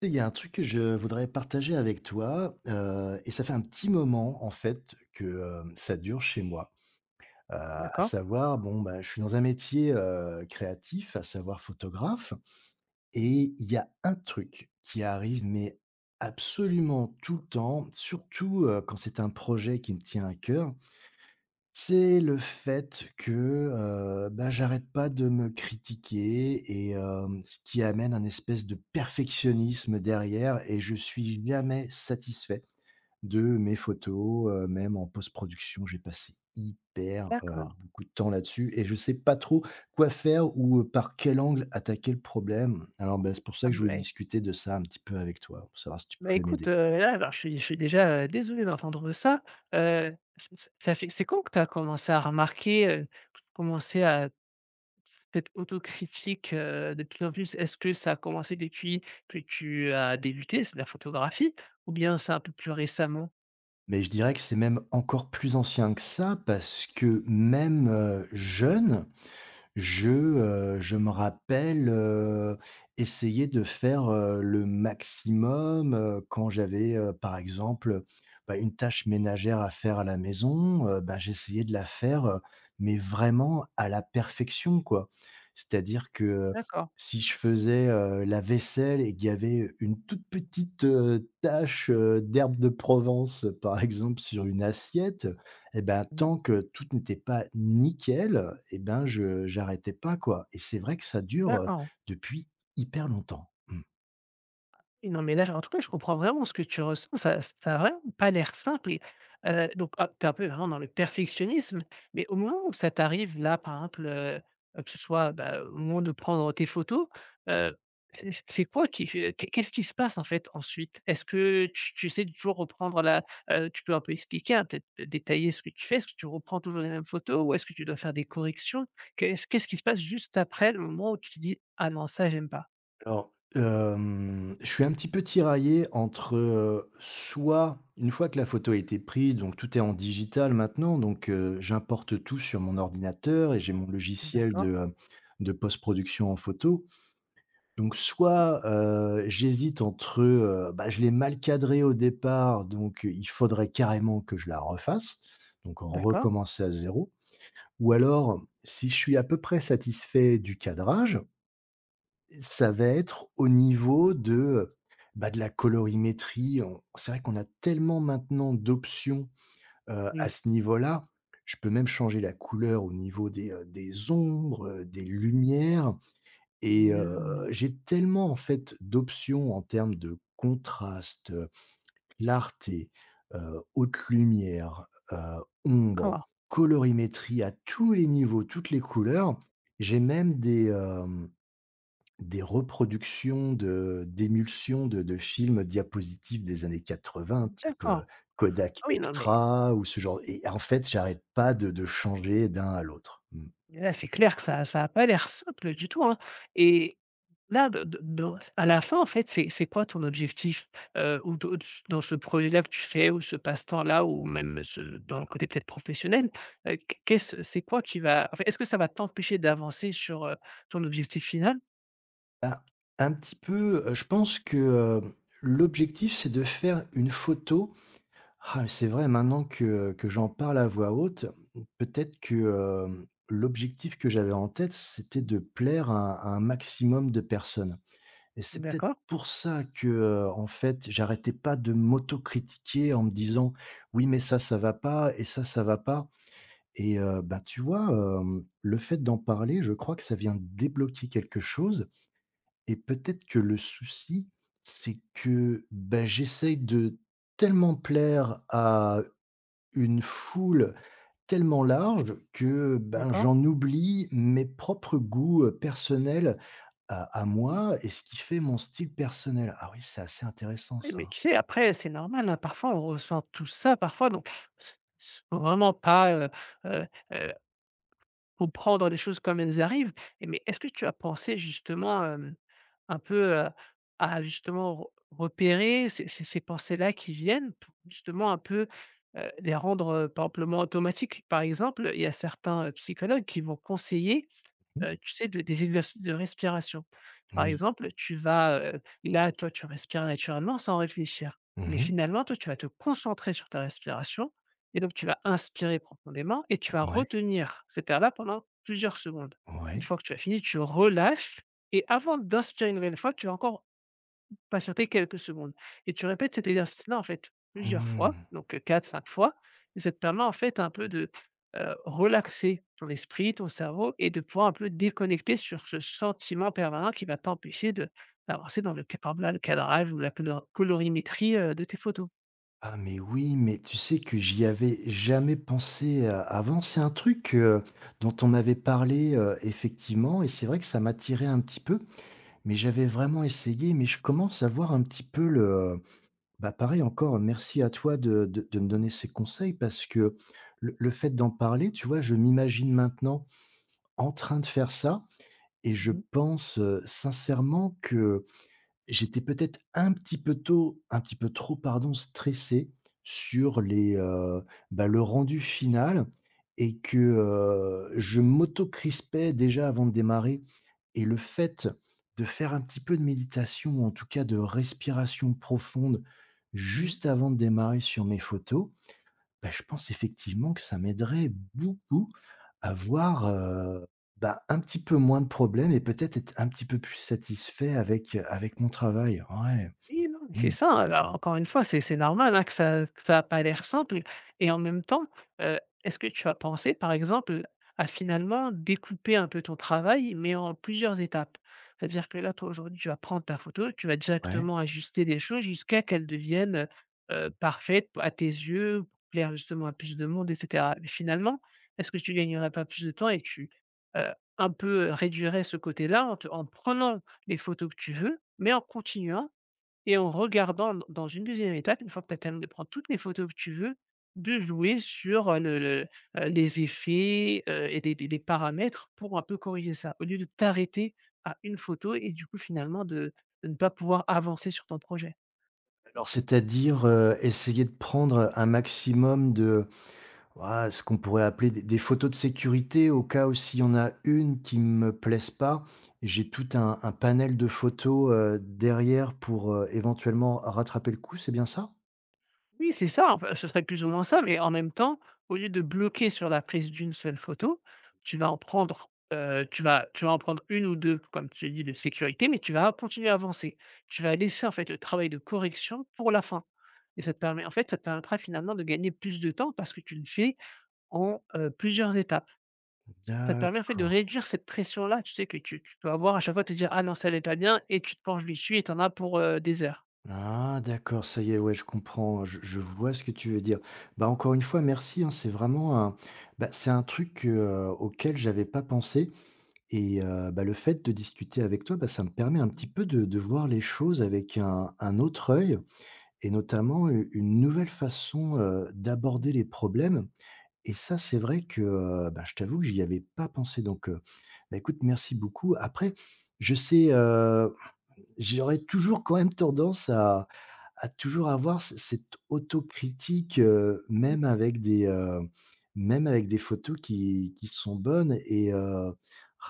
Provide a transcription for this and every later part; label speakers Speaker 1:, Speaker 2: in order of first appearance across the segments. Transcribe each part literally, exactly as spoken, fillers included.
Speaker 1: Tu sais, il y a un truc que je voudrais partager avec toi, heu et ça fait un petit moment, en fait, que, hem, ça dure chez moi. Heu, à
Speaker 2: D'accord.
Speaker 1: savoir, bon, bah, je suis dans un métier, heu, créatif, à savoir photographe
Speaker 2: Mmh.
Speaker 1: et il y a un truc qui arrive, mais absolument tout le temps, surtout, heu, quand c'est un projet qui me tient à cœur. C'est le fait que, heu, bah, j'arrête pas de me critiquer et hem, ce qui amène un espèce de perfectionnisme derrière et je suis jamais satisfait de mes photos, heu, même en post-production, j'ai passé hyper, heu,
Speaker 2: D'accord.
Speaker 1: beaucoup de temps là-dessus et je sais pas trop quoi faire ou, heu, par quel angle attaquer le problème. Alors, bah, c'est pour ça
Speaker 2: Ah
Speaker 1: que je voulais
Speaker 2: beh,
Speaker 1: discuter de ça un petit peu avec toi, pour savoir si tu
Speaker 2: bah,
Speaker 1: pouvais
Speaker 2: écoute,
Speaker 1: m'aider.
Speaker 2: heu, là, alors je suis je suis déjà, heu, désolé d'entendre ça. Heu, ç ç ça fait c'est quand que tu as commencé à remarquer, heu, commencer à cette autocritique, heu, de plus en plus? Est-ce que ça a commencé depuis que tu as débuté, c'est de la photographie ou bien c'est un peu plus récemment?
Speaker 1: Mais je dirais que c'est même encore plus ancien que ça parce que même, heu, jeune, je, heu, je me rappelle, heu, essayer de faire, heu, le maximum, heu, quand j'avais, heu, par exemple, bah, une tâche ménagère à faire à la maison, heu, bah, j'essayais de la faire, heu, mais vraiment à la perfection, quoi. C'est-à-dire que, heu,
Speaker 2: D'accord.
Speaker 1: si je faisais, heu, la vaisselle et qu'il y avait une toute petite, heu, tache, heu, d'herbe de Provence, par exemple, sur une assiette, et ben,
Speaker 2: Mmh.
Speaker 1: tant que tout n'était pas nickel et ben, je j'arrêtais pas, quoi et c'est vrai que ça dure, heu,
Speaker 2: D'accord.
Speaker 1: depuis hyper longtemps. Mmh.
Speaker 2: Oui, non, mais là, en tout cas, je comprends vraiment ce que tu ressens. Ça ça a vraiment pas l'air simple et heu, donc, ah, tu es un peu vraiment dans le perfectionnisme, mais au moment où ça t'arrive là, par exemple, heu, que ce soit, bah, au moment de prendre tes photos, heu, c'est c'est quoi qui fait qu'est qu'est-ce qui se passe, en fait, ensuite? Est-ce que tu tu sais toujours reprendre la heu, tu peux un peu expliquer, hein, peut-être euh, détailler ce que tu fais? Est-ce que tu reprends toujours les mêmes photos ou est-ce que tu dois faire des corrections? Qu'est-ce qu'est-ce qui se passe juste après le moment où tu te dis: «Ah non, ça, j'aime pas»?
Speaker 1: Alors, hem, je suis un petit peu tiraillé entre, heu, soit une fois que la photo a été prise, donc tout est en digital maintenant, donc heu, j'importe tout sur mon ordinateur et j'ai mon logiciel de,
Speaker 2: D'accord.
Speaker 1: heu, de post-production en photo. Donc soit, heu, j'hésite entre, heu, bah, je l'ai mal cadré au départ, donc euh, il faudrait carrément que je la refasse, donc
Speaker 2: D'accord,
Speaker 1: recommencer à zéro ou
Speaker 2: OK.
Speaker 1: alors si je suis à peu près satisfait du cadrage, ça va être au niveau de, heu, bah, de la colorimétrie. On C'est vrai qu'on a tellement maintenant d'options, heu, à
Speaker 2: Oui.
Speaker 1: ce niveau-là. Je peux même changer la couleur au niveau des, heu, des ombres, heu, des lumières. Et
Speaker 2: Mmh,
Speaker 1: heu, j'ai tellement en fait d'options en termes de contraste, heu, clarté, heu, haute lumière, heu, ombre,
Speaker 2: d'accord,
Speaker 1: colorimétrie à tous les niveaux, toutes les couleurs. J'ai même des, hem, des reproductions de d'émulsions de de films diapositifs des années quatre-vingts, type, heu,
Speaker 2: d'accord.
Speaker 1: Kodak
Speaker 2: Ah oui, non, mais
Speaker 1: Extra ou ce genre et en fait, j'arrête pas de de changer d'un à l'autre. Mmh.
Speaker 2: là, c'est clair que ça ça a pas l'air simple du tout, hein, et Là, de de dans à la fin, en fait, c'est c'est quoi ton objectif? Heu, ou de Dans ce projet-là que tu fais ou ce passe-temps-là ou même ce dans le côté peut-être professionnel, heu, qu'est-ce c'est quoi qui va en est-ce que ça va t'empêcher d'avancer sur, heu, ton objectif final?
Speaker 1: Bah, un petit peu, heu, je pense que, heu, l'objectif, c'est de faire une photo. Ah, c'est vrai maintenant que que j'en parle à voix haute, peut-être que, hem, l'objectif que j'avais en tête, c'était
Speaker 2: Mmh.
Speaker 1: de plaire à à un maximum de personnes et c'est peut-être
Speaker 2: D'accord,
Speaker 1: pour ça que, heu, en fait, j'arrêtais pas de m'autocritiquer en me disant: «Oui, mais ça, ça va pas et ça, ça va pas». Et heu, bah, tu vois, hem, le fait d'en parler, je crois que ça vient débloquer quelque chose et peut-être que le souci, c'est que, bah, j'essaye de tellement plaire à une foule tellement large que, ben,
Speaker 2: d'accord.
Speaker 1: j'en oublie mes propres goûts, heu, personnels à à moi et ce qui fait mon style personnel. Ah oui, c'est assez intéressant
Speaker 2: Oui,
Speaker 1: ça,
Speaker 2: mais
Speaker 1: hein.
Speaker 2: tu sais, après, c'est normal, hein, parfois, on ressent tout ça, parfois, donc s s faut vraiment pas, heu heu heu, faut prendre les choses comme elles arrivent. Et mais est-ce que tu as pensé justement, hem, un peu, heu, à justement re repérer ces ces ces pensées-là qui viennent pour justement un peu, heu, les rendre, heu, par exemple, moins automatiques? Par exemple, il y a certains, heu, psychologues qui vont conseiller
Speaker 1: Mmh.
Speaker 2: heu, tu sais, de des exercices de respiration. Par
Speaker 1: Oui.
Speaker 2: exemple, tu vas, heu, là, toi, tu respires naturellement sans réfléchir, mais
Speaker 1: Mmh.
Speaker 2: finalement, toi, tu vas te concentrer sur ta respiration et donc tu vas inspirer profondément et tu vas
Speaker 1: Ouais,
Speaker 2: retenir cet air-là pendant plusieurs secondes. Une
Speaker 1: ouais.
Speaker 2: fois que tu as fini, tu relâches et avant d'inspirer une nouvelle fois, tu vas encore Patienter quelques secondes et tu répètes cet exercice-là, en fait, plusieurs fois,
Speaker 1: Mmh.
Speaker 2: donc heu, quatre cinq fois et ça te permet, en fait, un peu de, heu, relaxer ton esprit, ton cerveau et de pouvoir un peu déconnecter sur ce sentiment permanent qui va t'empêcher de d'avancer dans le ca par exemple, là, le cadrage ou la colo colorimétrie, heu, de tes photos.
Speaker 1: Ah mais oui, mais tu sais que j'y avais jamais pensé, heu, avant. C'est un truc, heu, dont on m'avait parlé, heu, effectivement et c'est vrai que ça m'attirait un petit peu, mais j'avais vraiment essayé, mais je commence à voir un petit peu le, heu bah, pareil encore, merci à toi de de de me
Speaker 2: Mmh
Speaker 1: donner
Speaker 2: mh.
Speaker 1: ces conseils parce que le le fait d'en parler, tu vois, je m'imagine maintenant en train de faire ça et je pense, heu, sincèrement que J'étais peut-être un petit peu tôt un petit peu trop pardon, stressé sur les, heu, bah, le rendu final et que, heu, je m'auto-crispais déjà avant de démarrer et le fait de faire un petit peu de méditation ou en tout cas de respiration profonde
Speaker 2: Mmh.
Speaker 1: juste avant de démarrer sur mes photos, bah, je pense effectivement que ça m'aiderait beaucoup à avoir, heu, bah, un petit peu moins de problèmes et peut-être être un petit peu plus satisfait avec, heu, avec mon travail. Ouais,
Speaker 2: Oui, non, mais c'est
Speaker 1: mmh,
Speaker 2: ça, alors encore une fois, c'est c'est normal, hein, que ça que ça a pas l'air simple et en même temps, heu, est-ce que tu as pensé, par exemple, à finalement découper un peu ton travail, mais en plusieurs étapes? C'est-à-dire que là, toi, aujourd'hui, tu vas prendre ta photo, tu vas
Speaker 1: ouais.
Speaker 2: directement ajuster des choses jusqu'à qu'elles deviennent, heu, parfaites à tes yeux, pour plaire justement à plus de monde et cetera. Mais finalement, est-ce que tu gagnerais pas plus de temps et tu, heu, un peu réduirais ce côté-là en te en prenant les photos que tu veux, mais en continuant et en regardant d dans une deuxième étape, une fois que tu as terminé de prendre toutes les photos que tu veux, de jouer sur, heu, le le, heu, les effets, heu et des des des paramètres pour un peu corriger ça, au lieu de t'arrêter à une photo et du coup finalement de de ne pas pouvoir avancer sur ton projet.
Speaker 1: Alors c'est-à-dire, heu, essayer de prendre un maximum de ouah, ce qu'on pourrait appeler des des photos de sécurité au cas où s'il y en a une qui ne me plaise pas, j'ai tout un un panel de photos, heu, derrière pour, heu, éventuellement rattraper le coup, c'est bien ça?
Speaker 2: Oui, c'est ça, enfin, ce serait plus ou moins ça, mais en même temps, au lieu de bloquer sur la prise d'une seule photo, tu vas en prendre, heu, tu vas tu vas en prendre une ou deux comme tu dis, de sécurité, mais tu vas continuer à avancer. Tu vas laisser, en fait, le travail de correction pour la fin et ça te permet en fait, ça te permettra finalement de gagner plus de temps parce que tu le fais en, heu, plusieurs étapes. Ça te permet en fait de
Speaker 1: D'accord.
Speaker 2: réduire cette pression-là, tu sais, que tu tu peux avoir à chaque fois te dire: «Ah non, ça n'est pas bien» et tu te penches dessus et t'en as pour, heu, des heures.
Speaker 1: Ah d'accord, ça y est, ouais, je comprends, je, je vois ce que tu veux dire. Bah encore une fois, merci, hein, c'est vraiment un, bah, c'est un truc euh, auquel j'avais pas pensé et euh, bah, le fait de discuter avec toi, bah, ça me permet un petit
Speaker 2: Mmh.
Speaker 1: peu de, de voir les choses avec un, un autre œil et notamment u- une nouvelle façon euh, d'aborder les problèmes. Et ça, c'est vrai que euh, bah, je t'avoue que j'y avais pas pensé. Donc, euh, bah, écoute, merci beaucoup. Après, je sais, euh, j'aurais toujours quand même tendance à à toujours avoir c cette autocritique, heu, même avec des, heu, même avec des photos qui qui sont bonnes et heu,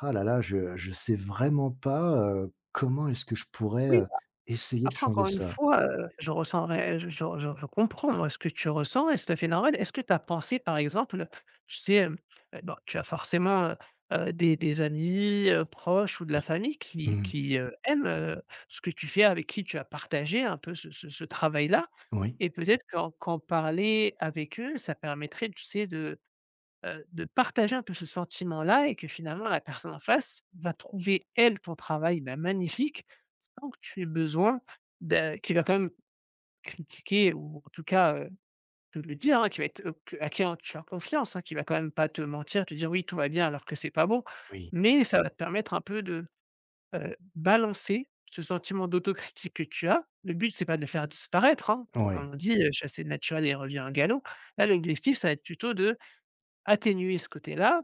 Speaker 1: ah là là, je je sais vraiment pas, heu, comment est-ce que je pourrais,
Speaker 2: Oui.
Speaker 1: heu, essayer de
Speaker 2: Après
Speaker 1: changer
Speaker 2: encore une
Speaker 1: ça?
Speaker 2: fois, heu, je ressens ré je je je je comprends, moi, ce que tu ressens et c'est tout à fait normal. Est-ce que tu as pensé, par exemple, tu sais, hem, heu, bon, tu as forcément, heu heu, des des amis, heu, proches ou de la
Speaker 1: Oui.
Speaker 2: famille qui
Speaker 1: Mmh.
Speaker 2: qui, heu, aiment, heu, ce que tu fais, avec qui tu as partagé un peu ce ce ce travail-là
Speaker 1: Oui,
Speaker 2: et peut-être qu'en qu'en parler avec eux, ça permettrait, tu sais, de, heu, de partager un peu ce sentiment-là et que finalement la personne en face va trouver, elle, ton travail, bah, magnifique, donc tu as besoin d'un qui va quand même critiquer ou en tout cas, heu, te le dire, hein, qui va être, heu, que à qui en tu as confiance, hein, qui va quand même pas te mentir, te dire: «Oui, tout va bien», alors que c'est pas bon.
Speaker 1: oui,
Speaker 2: Mais ça va te permettre un peu de, heu, balancer ce sentiment d'autocritique que tu as. Le but, c'est pas de le faire disparaître, hein.
Speaker 1: ouais.
Speaker 2: Comme on dit, heu: «Chasser le naturel et revient au galop». Là, l'objectif, ça va être plutôt de atténuer ce côté-là,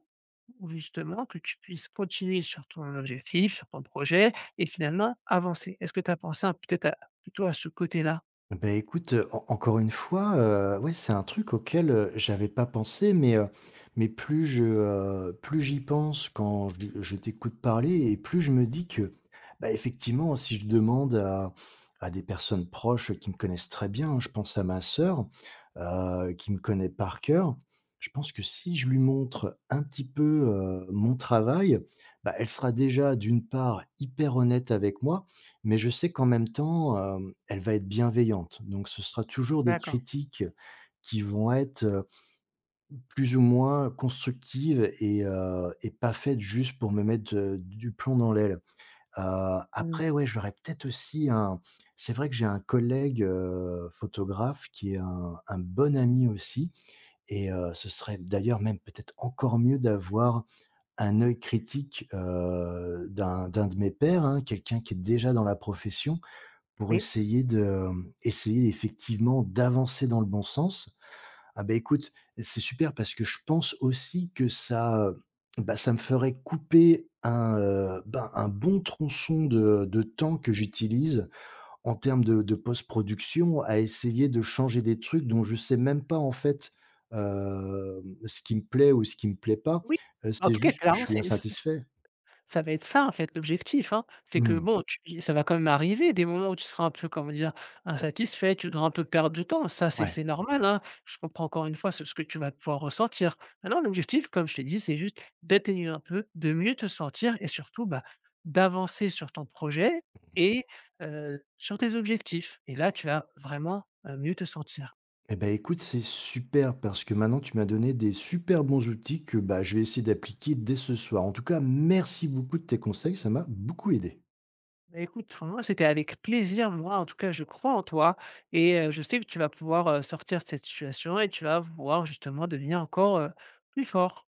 Speaker 2: ou justement que tu puisses continuer sur ton objectif, sur ton projet et finalement avancer. Est-ce que tu as pensé à peut-être à plutôt à ce côté-là?
Speaker 1: Ben écoute, heu, en encore une fois, heu, ouais, c'est un truc auquel, heu, j'avais pas pensé, mais heu, mais plus je, heu, plus j'y pense quand je je t'écoute parler et plus je me dis que, bah, effectivement, si je demande à à des personnes proches qui me connaissent très bien, je pense à ma sœur, heu, qui me connaît par cœur. Je pense que si je lui montre un petit peu, heu, mon travail, bah, elle sera déjà d'une part hyper honnête avec moi, mais je sais qu'en même temps, hem, elle va être bienveillante, donc ce sera toujours des
Speaker 2: D'accord.
Speaker 1: critiques qui vont être, heu, plus ou moins constructives et heu et pas faites juste pour me mettre, heu, du plomb dans l'aile. Heu,
Speaker 2: Mmh.
Speaker 1: après ouais, j'aurais peut-être aussi. Un C'est vrai que j'ai un collègue, heu, photographe qui est un un bon ami aussi et heu, ce serait d'ailleurs même peut-être encore mieux d'avoir un œil critique, heu, d'un d'un de mes pairs, hein, quelqu'un qui est déjà dans la profession pour
Speaker 2: Oui,
Speaker 1: essayer de, essayer effectivement d'avancer dans le bon sens. Ah bah, écoute, c'est super parce que je pense aussi que ça, heu, bah, ça me ferait couper un, heu, ben, un bon tronçon de de temps que j'utilise en termes de de post-production à essayer de changer des trucs dont je sais même pas en fait, hem, ce qui me plaît ou ce qui me plaît pas.
Speaker 2: oui.
Speaker 1: Heu,
Speaker 2: En
Speaker 1: c'est
Speaker 2: tout cas,
Speaker 1: juste que je
Speaker 2: clairement,
Speaker 1: suis
Speaker 2: c'est
Speaker 1: insatisfait.
Speaker 2: Ça va être ça, en fait, l'objectif, hein. C'est que
Speaker 1: Mmh,
Speaker 2: bon, tu ça va quand même arriver des moments où tu seras un peu, comment dire? Insatisfait, tu voudras un peu perdre du temps. Ça, c'est
Speaker 1: ouais.
Speaker 2: c'est normal, hein. Je comprends encore une fois ce ce que tu vas pouvoir ressentir. Maintenant, l'objectif, comme je t'ai dit, c'est juste d'atténuer un peu, de mieux te sentir et surtout, bah, d'avancer sur ton projet et heu, sur tes objectifs et là, tu vas vraiment, heu, mieux te sentir.
Speaker 1: Eh ben, écoute, c'est super parce que maintenant tu m'as donné des super bons outils que bah, je vais essayer d'appliquer dès ce soir. En tout cas, merci beaucoup de tes conseils, ça m'a beaucoup aidé.
Speaker 2: Bah, écoute, moi, c'était avec plaisir. Moi, en tout cas, je crois en toi et heu, je sais que tu vas pouvoir, heu, sortir de cette situation et tu vas pouvoir justement devenir encore, heu, plus fort.